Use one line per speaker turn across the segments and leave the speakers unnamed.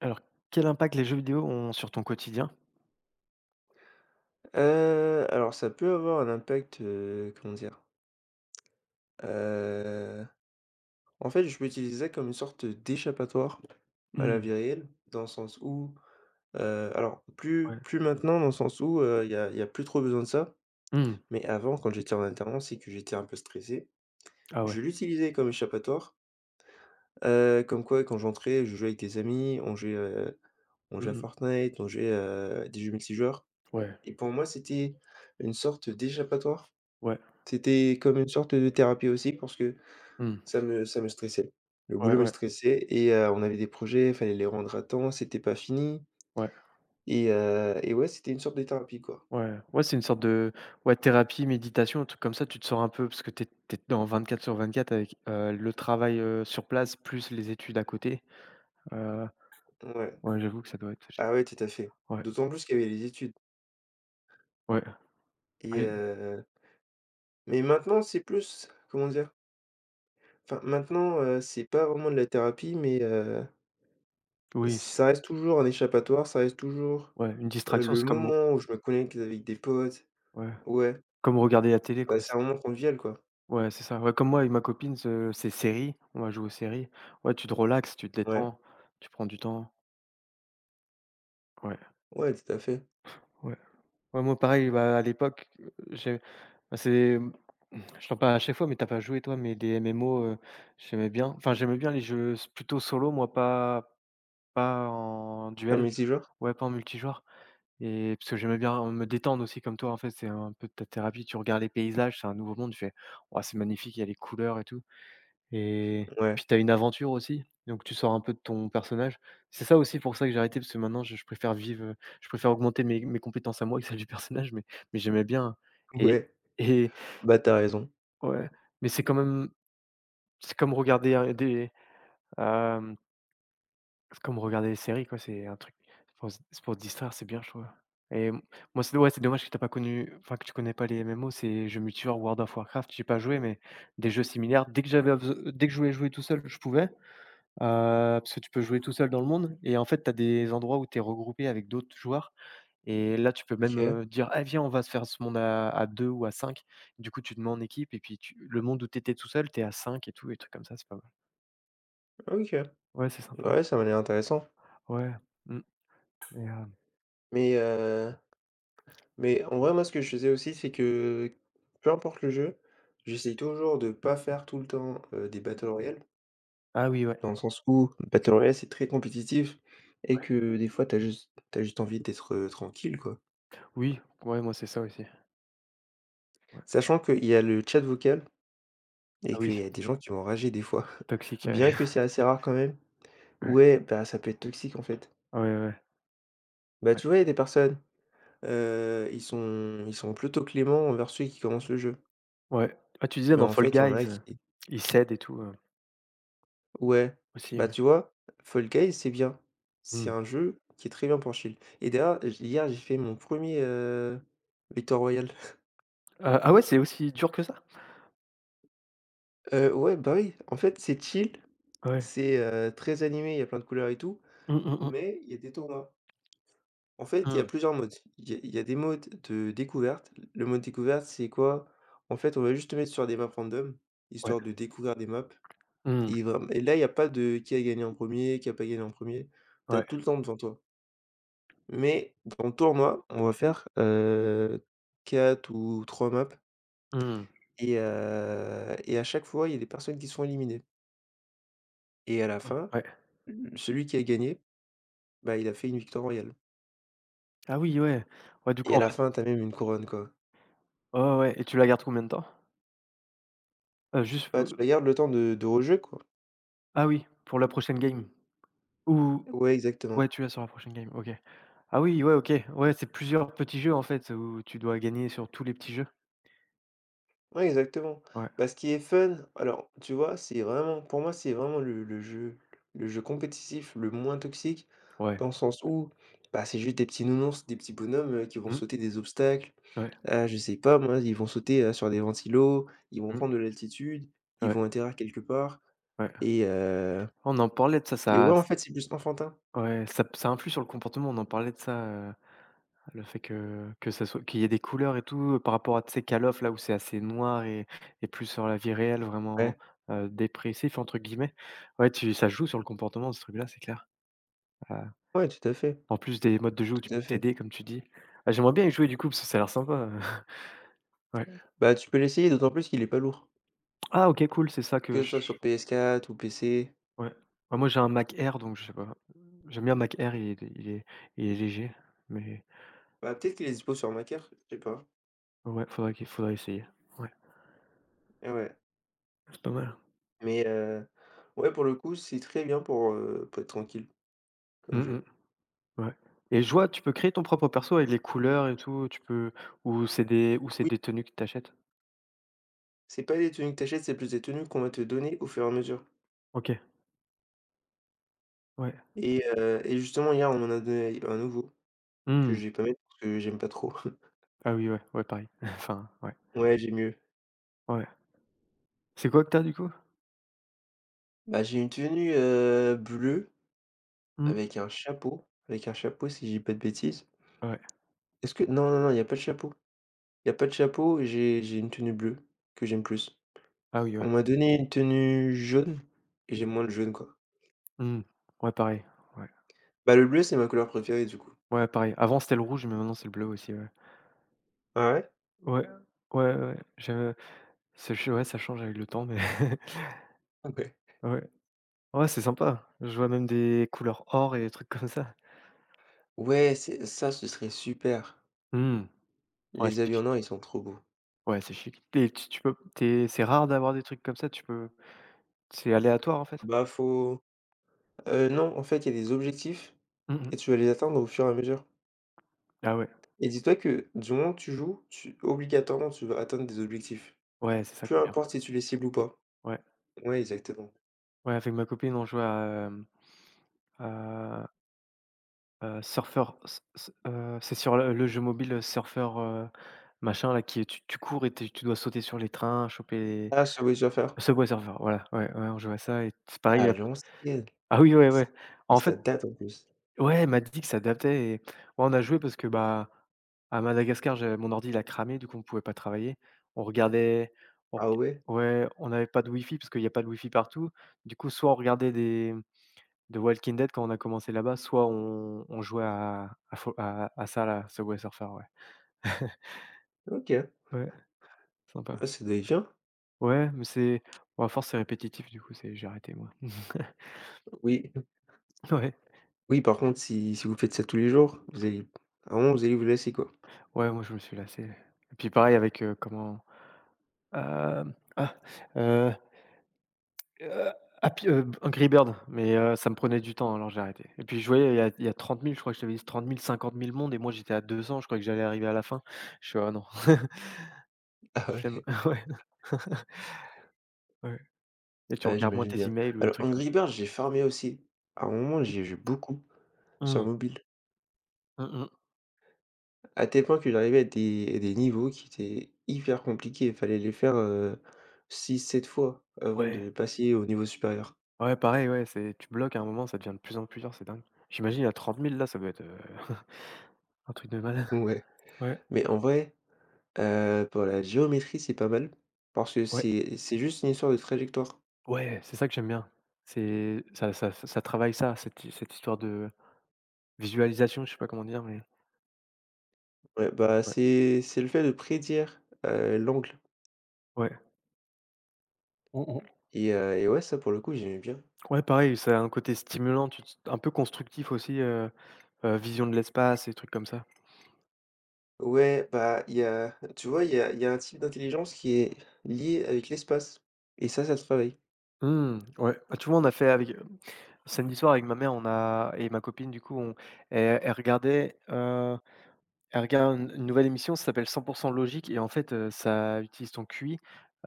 Alors, quel impact les jeux vidéo ont sur ton quotidien?
Alors ça peut avoir un impact, comment dire? Heu, En fait, je peux utiliser ça comme une sorte d'échappatoire à la
Mmh,
vie réelle, dans le sens où, alors plus
ouais.
plus maintenant dans le sens où, il y a plus trop besoin de ça,
Mmh.
mais avant quand j'étais en alternance et que j'étais un peu stressé,
Ah ouais.
je l'utilisais comme échappatoire, comme quoi quand j'entrais, je jouais avec des amis, on jouait, heu, on
Mmh
jouait à
mh.
Fortnite, on jouait à des jeux multijoueurs
Ouais,
et pour moi, c'était une sorte d'échappatoire.
ouais.
C'était comme une sorte de thérapie aussi parce que
Mmh.
ça me stressait. Le
Ouais,
boulot me
ouais,
stressait et on avait des projets, fallait les rendre à temps, c'était pas fini
ouais,
et ouais, c'était une sorte de thérapie, quoi.
ouais. Ouais, c'est une sorte de, ouais, thérapie, méditation, un truc comme ça. Tu te sors un peu parce que tu es dans 24/24 avec, le travail, sur place plus les études à côté. Heu,
Ouais.
ouais, j'avoue que ça doit être,
Ah ouais, tout à fait.
ouais,
D'autant plus qu'il y avait les études
ouais,
et
ouais,
heu mais maintenant, c'est plus comment dire? Enfin, maintenant, c'est pas vraiment de la thérapie mais
oui, c'est,
ça reste toujours un échappatoire, ça reste toujours,
ouais, une distraction,
le
c'est comme,
moment où je me connecte avec des potes.
ouais,
Ouais,
comme regarder la télé,
bah,
quoi.
c'est un moment convivial, quoi.
Ouais, c'est ça. Ouais, comme moi avec ma copine, ce c'est séries, on va jouer aux séries. Ouais, tu te relaxes, tu te
Ouais,
détends, tu prends du temps. Ouais,
ouais, tout à fait.
ouais. Ouais, moi pareil, bah, à l'époque, j'ai bah, c'est mmh, je t'en parle à chaque fois, mais t'as pas joué toi, mais des MMO, j'aimais bien. Enfin, j'aimais bien les jeux s plutôt solo, moi, pas en
Un
duel.
multijoueur?
Ouais, pas en multijoueur et parce que j'aimais bien me détendre aussi comme toi, en fait, c'est un peu de ta thérapie. Tu regardes les paysages, c'est un nouveau monde, tu fais: «Waouh, c'est magnifique, il y a les couleurs et tout». Et
Ouais,
puis tu as une aventure aussi, donc tu sors un peu de ton personnage. C'est ça aussi pour ça que j'ai arrêté, parce que maintenant je préfère vivre, je préfère augmenter mes compétences à moi que celles du personnage, mais j'aimais bien et
ouais,
et
bah, t'as raison.
ouais, mais c'est quand même c'est comme regarder, hem, c'est comme regarder des séries quoi, c'est un truc c'est pour se distraire, c'est bien je trouve et m moi c'est ouais, c'est dommage que t'as pas connu enfin que tu connais pas les MMO, c'est jeux multijoueurs World of Warcraft, j'ai pas joué, mais des jeux similaires. Dès que j'avais beso dès que je voulais jouer tout seul, je pouvais. Parce que tu peux jouer tout seul dans le monde et en fait, tu as des endroits où tu es regroupé avec d'autres joueurs et là, tu peux même,
OK,
dire: ah viens, on va se faire ce monde à 2 ou 5 coup, tu te mets en équipe et puis tu le monde où tu étais tout seul, tu es 5 tout et trucs comme ça, c'est pas mal.
OK.
Ouais, c'est
Bah,
sympa.
ouais, ça m'a l'air intéressant.
Ouais, mmh et
Mais heu, mais en vrai, moi, ce que je faisais aussi, c'est que peu importe le jeu, j'essaye toujours de pas faire tout le temps, des battle royale,
ah oui, ouais,
dans le sens où battle royale, c'est très compétitif et
ouais.
que des fois, tu as juste envie d'être, tranquille, quoi.
Oui, ouais, moi, c'est ça aussi. Ouais.
Sachant qu'il y a le chat vocal et
Ah oui,
qu'il y a des gens qui vont rager des fois,
toxique, ouais.
bien que c'est assez rare quand même.
Ouais.
Ouais, bah, ça peut être toxique, en fait.
Ouais, ouais, ouais.
Bah, tu vois, il y a des personnes. Ils sont plutôt cléments envers ceux qui commencent le jeu.
Ouais. Ah, tu disais
Mais
dans
en
Fall
fait, il y en a
Guys,
qui,
ils s'aident et tout,
ouais,
aussi,
bah,
ouais.
tu vois? Fall Guys, c'est bien. C'est
Mmh.
un jeu qui est très bien pour chill. Et d'ailleurs, j hier, j'ai fait mon premier er victoire royale.
Ah ouais, c'est aussi dur que ça?
Ouais, bah, oui, en fait, c'est chill,
Ouais.
c'est, très animé, il y a plein de couleurs et tout,
Mmh, mmh mh.
mais il y a des tournois. En fait, il y a
Mmh.
plusieurs modes. Il y a des modes de découverte. Le mode découverte, c'est quoi? En fait, on va juste te mettre sur des maps random,
Ouais.
histoire de découvrir des maps.
Mmh.
Et là, il y a pas de qui a gagné en premier qui a pas gagné en premier er Tu as tout
Ouais,
le temps devant toi. Mais dans le tournoi, on va faire, 4 ou 3 maps
mmh,
et à chaque fois, il y a des personnes qui sont éliminées et à la fin,
ouais.
l celui qui a gagné, bah, il a fait une victoire royale
Ah oui, ouais. Ouais, du
et
coup,
à
en
la
fait
fin, tu as même une couronne, quoi.
ouais, ouais, ouais et tu la gardes combien de temps? Heu, juste,
Bah, tu la
heu
gardes le temps de rejeu, quoi.
ah oui, pour la prochaine game? Ou
Ouais, exactement.
ouais, tu l'as sur la prochaine game, OK. Ah oui, ouais, OK. Ouais, c'est plusieurs petits jeux, en fait, où tu dois gagner sur tous les petits jeux?
Ouais, exactement.
Ouais,
Bah, ce qui est fun, alors, tu vois, c'est vraiment pour moi, c'est vraiment le jeu compétitif le moins toxique,
ouais.
dans le sens où, bah, c'est juste des petits nounours, des petits bonhommes, qui vont
Mmh,
sauter des obstacles.
ouais,
Je sais pas moi, ils vont sauter, sur des ventilos, ils vont
mmh,
prendre de l'altitude, ils
ouais,
vont atterrir quelque part
ouais.
et heu
On en parlait de ça,
et
ça
ouais, en
s
fait, c'est plus enfantin.
ouais, ça p ça influe sur le comportement, on en parlait de ça, le fait que ça soit qu'il y ait des couleurs et tout, par rapport à, tu sais, Call of là où c'est assez noir et plus sur la vie réelle vraiment,
Ouais,
«dépressif» entre guillemets. Ouais, tu ça joue sur le comportement ce truc-là, c'est clair. Heu,
ouais, tout à fait,
En plus des modes de jeu où tu
tout à
peux
fait.
t'aider comme tu dis. Ah j'aimerais bien y jouer du coup parce que ça a l'air sympa, ouais. Mmh.
Bah, tu peux l'essayer d'autant plus qu'il est pas lourd,
Ah OK cool, c'est ça que
que ce
je
soit sur PS4 ou PC.
ouais. Bah, moi j'ai un Mac Air donc je sais pas. J'aime bien Mac Air, il est il est léger mais
Bah, peut-être qu'il est dispo sur Mac je sais pas.
ouais, faudrait essayer. Ouais,
Et ouais.
c'est pas mal.
Mais ouais, pour le coup, c'est très bien pour être tranquille
Mmh
comme
mh.
jeu.
Ouais et je vois, tu peux créer ton propre perso avec les couleurs et tout, tu peux ou c'est
Oui,
des tenues que tu achètes?
c'est pas des tenues que tu c'est plus des tenues qu'on va te donner au fur et à mesure
OK, ouais.
et justement, hier, on m'en a donné un nouveau que
Mmh.
je vais pas mettre parce que j'aime pas trop.
Ah oui, ouais, ouais, pareil. Enfin, ouais,
Ouais, j'ai mieux.
ouais. C'est quoi que tu du coup?
Bah, j'ai une tenue, bleue
Mmh.
avec un chapeau si j'ai pas de bêtises.
Ouais.
Est-ce que non, non, non, il y a pas de chapeau. Il y a pas de chapeau, j'ai une tenue bleue que j'aime plus.
Ah oui, ouais.
On m'a donné une tenue jaune et j'aime moins le jaune, quoi.
Mmh. Ouais, pareil, ouais.
Bah, le bleu, c'est ma couleur préférée, du coup.
Ouais, pareil. Avant, c'était le rouge, mais maintenant, c'est le bleu aussi, ouais.
Ah ouais?
Ouais, ouais, ouais. Je c'est ch ouais, ça change avec le temps, mais
OK.
ouais. Ouais, c'est sympa. Je vois même des couleurs or et des trucs comme ça.
Ouais, c'est ça, ce serait super.
Mmh. Ouais,
Les
c'est
habits en or,
chic.
ils sont trop beaux.
Ouais, c'est chic et tu tu peux t'es, c'est rare d'avoir des trucs comme ça, tu peux C'est aléatoire, en fait?
Bah, faut non, en fait, il y a des objectifs
Mmh
et
mh.
tu vas les atteindre au fur et à mesure.
Ah ouais.
Et dis-toi que du moment que tu joues, tu obligatoirement, tu vas atteindre des objectifs.
Ouais, c'est ça qui
Peu
est bien.
importe si tu les cibles ou pas.
Ouais.
Ouais, exactement.
Ouais, avec ma copine, on jouait à, à à Surfer s s c'est sur le jeu mobile, Surfer, machin là, qui est tu tu cours et tu tu dois sauter sur les trains, choper
Ah, ce Witcher faire.
les Subway Surfer, voilà, ouais, ouais, on jouait à ça et c'est pareil,
Ah l'ancienne.
ah oui, ouais,
C
ouais.
Et
En
ça
fait
date en plus.
ouais, elle m'a dit que ça adaptait et ouais, on a joué parce que, bah, à Madagascar, j'avais mon ordi, il a cramé, du coup, on pouvait pas travailler. On regardait on
Ah ouais?
ouais, on n'avait pas de Wi-Fi parce qu'il y a pas de Wi-Fi partout. Du coup, soit on regardait des de Walking Dead quand on a commencé là-bas, soit on jouait à Fo à ça là, Subway Surfer, ouais.
OK.
Ouais, sympa.
Ah, ça doit être bien.
Ouais, mais c'est bon, à force, c'est répétitif, du coup, c'est j'ai arrêté, moi.
Oui.
Ouais,
Oui, par contre, si vous faites ça tous les jours, vous allez à un moment, vous allez vous lasser, quoi.
ouais, moi, je me suis lassé et puis pareil avec, hem, ah, euh, Heu, Happy, Angry Birds, mais ça me prenait du temps, alors j'ai arrêté et puis je voyais il y a 30 000, je crois que je t'avais dit 30 000 50 000 et moi j'étais à 200 je crois que j'allais arriver à la fin. Je suis «Ah non,
Ah
flemme».
ouais.
Ouais. Ouais et tu
Bah,
regardes moins
j'imagine
tes
bien.
emails ou des
Alors
trucs comme
Angry
ça.
Birds, j'ai farmé aussi. À un moment, j'y ai joué beaucoup
Mmh
sur
mh.
mobile,
Mmh
à tel point que j'arrivais à des niveaux qui étaient hyper compliqués. Il fallait les faire, six sept fois avant
Ouais.
de passer au niveau supérieur.
Ouais, pareil, ouais, c'est tu bloques à un moment, ça devient de plus en plus dur, c'est dingue. J'imagine à 30 000, ça doit être, un truc de malade.
Ouais,
Ouais.
mais en vrai, pour la géométrie, c'est pas mal parce que
Ouais.
c'est juste une histoire de trajectoire.
Ouais, c'est ça que j'aime bien. C'est ça travaille ça, cette histoire de visualisation, je sais pas comment dire, mais
Ouais, bah,
ouais.
c'est le fait de prédire, l'angle
Ouais. Mmh mh.
et ouais, ça, pour le coup, j'aimais bien.
Ouais, pareil, ça a un côté stimulant, tu te un peu constructif aussi, vision de l'espace et trucs comme ça.
Ouais, bah, tu vois, il y a un type d'intelligence qui est lié avec l'espace. Et ça se travaille.
Mmh, ouais. Bah, tu vois, on a fait avec, samedi soir avec ma mère, on a et ma copine du coup, on elle regardait, elle regarde une nouvelle émission, ça s'appelle «100 logique» et en fait, ça utilise ton QI.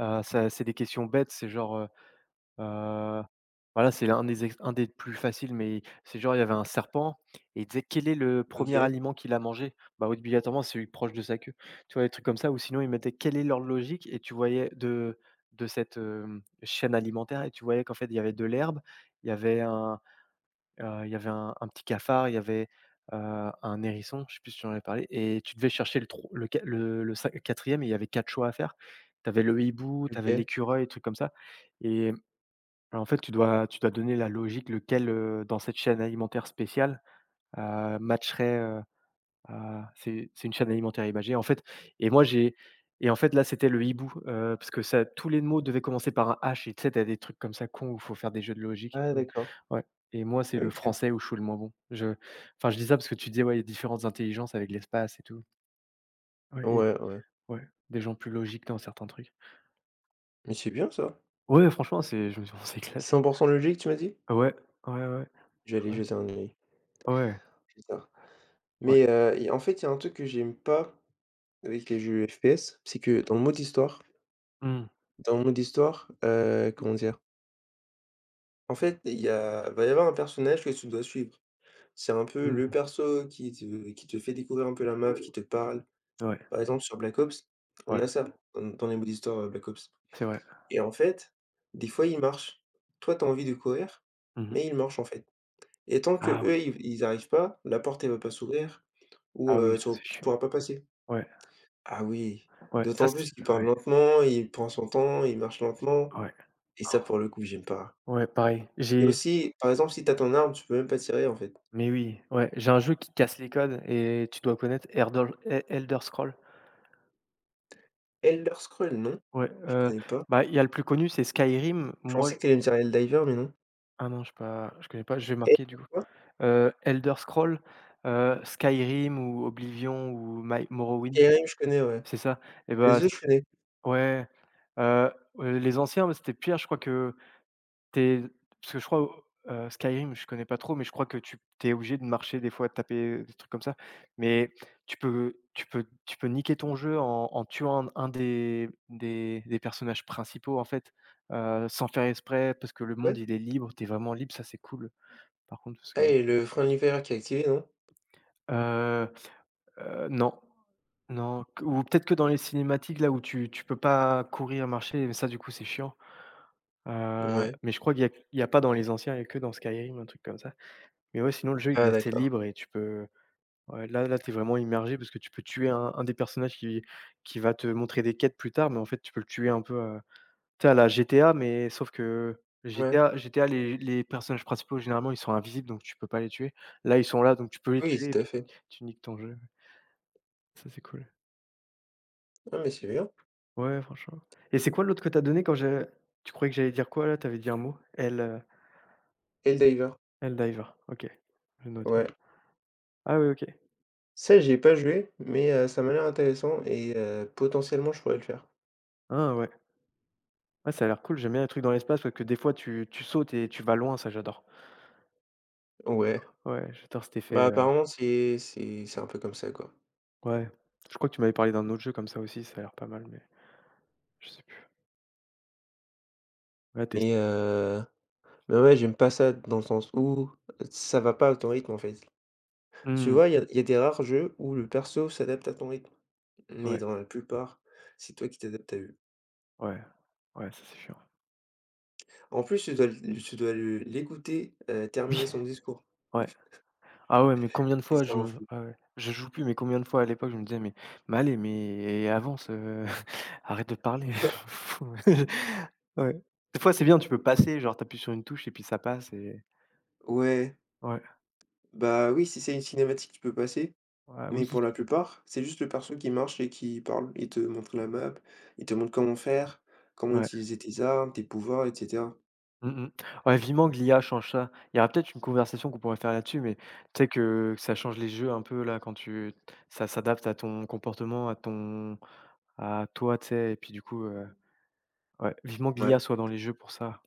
Ça c'est des questions bêtes, c'est genre, Heu, voilà, c'est l'un des ex un des plus faciles, mais c'est genre, il y avait un serpent et il disait: «Quel est le premier
OK,
aliment qu'il a mangé?» Bah, obligatoirement, c'est celui proche de sa queue. Tu vois, des trucs comme ça ou sinon, ils mettaient: «Quelle est l'ordre logique?» et tu voyais de cette, chaîne alimentaire et tu voyais qu'en fait, il y avait de l'herbe, il y avait un, il y avait un petit cafard, il y avait, heu, un hérisson, je sais plus si j'en avais parlé et tu devais chercher le tro le qua le cin 4 et il y avait 4 à faire. Tu avais le hibou, tu avais
OK.
l'écureuil, des trucs comme ça et alors, en fait, tu dois donner la logique, lequel, dans cette chaîne alimentaire spéciale, matcherait, à c'est une chaîne alimentaire imagée, en fait et moi, j'ai et en fait, là, c'était le hibou, parce que ça tous les mots devaient commencer par un H et tu sais, t'as des trucs comme ça cons où il faut faire des jeux de logique et
Ah,
tout,
d'accord.
ouais et moi, c'est le
OK.
français où je suis le moins bon. Je enfin, je dis ça parce que tu disais, ouais, il y a différentes intelligences avec l'espace et tout. Ouais, il y a
Ouais, ouais.
ouais, des gens plus logiques dans certains trucs.
Mais c'est bien ça.
Ouais, franchement, c'est je me suis on s'est éclaté.
100% logique, tu m'as dit?
Ouais, ouais, ouais,
Je vais aller
ouais,
jeter un œil
ouais,
plus tard.
ouais.
En fait, il y a un truc que j'aime pas avec les jeux FPS, c'est que dans le mode histoire,
Mmh.
dans le mode histoire, comment dire? En fait, va y avoir un personnage que tu dois suivre. C'est un peu le
Mmh.
perso qui te fait découvrir un peu la map, qui te parle.
Ouais,
Par exemple, sur Black Ops, on
ouais,
a ça dans les modes histoire, Black Ops
c'est vrai.
et en fait, des fois, ils marchent. Toi, tu as envie de courir,
Mmh mh.
mais ils marchent, en fait et tant
Ah oui,
qu'eux, ils arrivent pas, la porte, elle va pas s'ouvrir ou
ah oui,
tu
ça, c'est
tu
chiant.
pourras pas passer.
Ouais,
Ah oui,
ouais, ça,
d'autant
c'est
plus qu'il parle lentement, il prend son temps, il marche lentement
ouais, ouais.
et
Oh,
ça, pour le coup, j'aime pas.
ouais, pareil.
Et
J'ai
aussi, par exemple, si t'as ton arme, tu peux même pas tirer, en fait.
mais oui, ouais, j'ai un jeu qui casse les codes et tu dois connaître Erdol E Elder Scrolls.
Elder Scroll non,
Ouais,
je connais pas.
bah, il y a le plus connu, c'est Skyrim.
Je pensais
Moi
que tu allais me dire Helldiver, mais non.
ah non, j'ai pas je connais pas, je vais marquer
Elder
du coup.
quoi?
Elder Scrolls, Skyrim ou Oblivion ou My Morrowind,
Skyrim, je connais, ouais.
c'est ça? Et bah,
Les
c
autres, je connais.
ouais, heu les anciens, bah, c'était pire, je crois que Tu parce que je crois au Skyrim, je connais pas trop, mais je crois que tu es obligé de marcher des fois, de taper, des trucs comme ça. Mais tu peux niquer ton jeu en tuant un des personnages principaux, en fait, sans faire exprès, parce que le monde,
Ouais.
il est libre. T'es vraiment libre, ça, c'est cool. Par contre, parce
Ah
que
et le frein de l'hiver qui est activé, non?
heu non, non, q ou peut-être que dans les cinématiques, là où tu peux pas courir, marcher, mais ça, du coup, c'est chiant.
Ouais.
Mais je crois qu'il y a pas dans les anciens, il y a que dans Skyrim, un truc comme ça. Mais ouais, sinon le jeu il
Ah
est assez
d'accord.
libre et tu peux, ouais, là là, t'es vraiment immergé parce que tu peux tuer un des personnages qui va te montrer des quêtes plus tard, mais en fait, tu peux le tuer un peu, tu sais à la GTA, mais sauf que
Ouais.
GTA les personnages principaux généralement ils sont invisibles donc tu peux pas les tuer. Là, ils sont là donc tu peux les
Oui,
tuer et
tout à
puis
fait.
tu niques ton jeu. Ça, c'est cool.
Ah mais c'est bien.
Ouais, franchement, et c'est quoi l'autre que t'as donné quand j'ai tu croyais que j'allais dire quoi là? T'avais dit un mot?
Et le diver.
Diver, OK, je vais noter.
Ouais.
Ah oui, OK.
Ça, j'y ai pas joué, mais ça m'a l'air intéressant et potentiellement, je pourrais le faire.
Ah ouais. Ouais, ça a l'air cool, j'aime bien les trucs dans l'espace parce que des fois tu sautes et tu vas loin, ça j'adore.
Ouais.
Ouais, j'adore cet effet,
Bah, apparemment, c'est un peu comme ça, quoi.
ouais. Je crois que tu m'avais parlé d'un autre jeu comme ça aussi, ça a l'air pas mal, mais je sais plus. Ouais, tester.
Mais heu, mais ouais, j'aime pas ça dans le sens où ça va pas à ton rythme, en fait. Tu
Mmh.
vois, il y a des rares jeux où le perso s'adapte à ton rythme, mais
Ouais,
dans la plupart, c'est toi qui t'adaptes à eux.
ouais, ouais, ça c'est chiant.
En plus, tu dois le l'écouter,
Oui,
terminer son discours.
ouais. Ah ouais, mais combien de
Et
fois
ça
je
en fait.
ah ouais, je joue plus, mais combien de fois à l'époque je me disais: mais allez, mais avance, arrête de parler». Fou. Ouais. Des fois c'est bien, tu peux passer, genre t'appuies sur une touche et puis ça passe et
Ouais,
ouais.
bah, oui, si c'est une cinématique, tu peux passer,
Ouais
mais
oui.
pour la plupart, c'est juste le perso qui marche et qui parle. Il te montre la map, il te montre comment faire, comment
Ouais.
utiliser tes armes, tes pouvoirs, et cetera.
Mmh mh. Ouais, vivement que l'IA change ça. Il y aura peut-être une conversation qu'on pourrait faire là-dessus, mais tu sais que ça change les jeux un peu là quand tu ça s'adapte à ton comportement, à ton à toi, tu sais? Et puis du coup, ouais, vivement que l'IA
Ouais.
soit dans les jeux pour ça.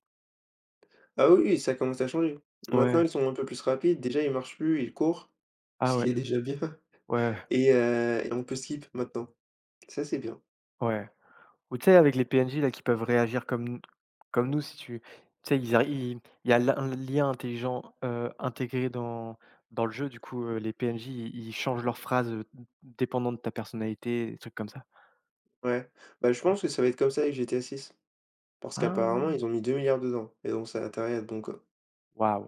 Ah oui, oui, ça commence à changer. Maintenant,
Ouais.
ils sont un peu plus rapides. Déjà, ils marchent plus, ils courent,
Ah
ce qui
ouais.
est déjà bien
Ouais,
et on peut skip maintenant. Ça, c'est bien.
ouais. Ou tu sais avec les PNJ là qui peuvent réagir comme nous si tu sais ils arri ils il y a l'IA intelligent, intégré dans le jeu du coup, les PNJ ils changent leurs phrases, d dépendant de ta personnalité, des trucs comme ça.
Ouais. Bah, je pense que ça va être comme ça avec GTA 6 parce qu'apparemment,
Ah!
ils ont mis 2 milliards dedans et donc ça a intérêt à être bon, quoi.
Waouh!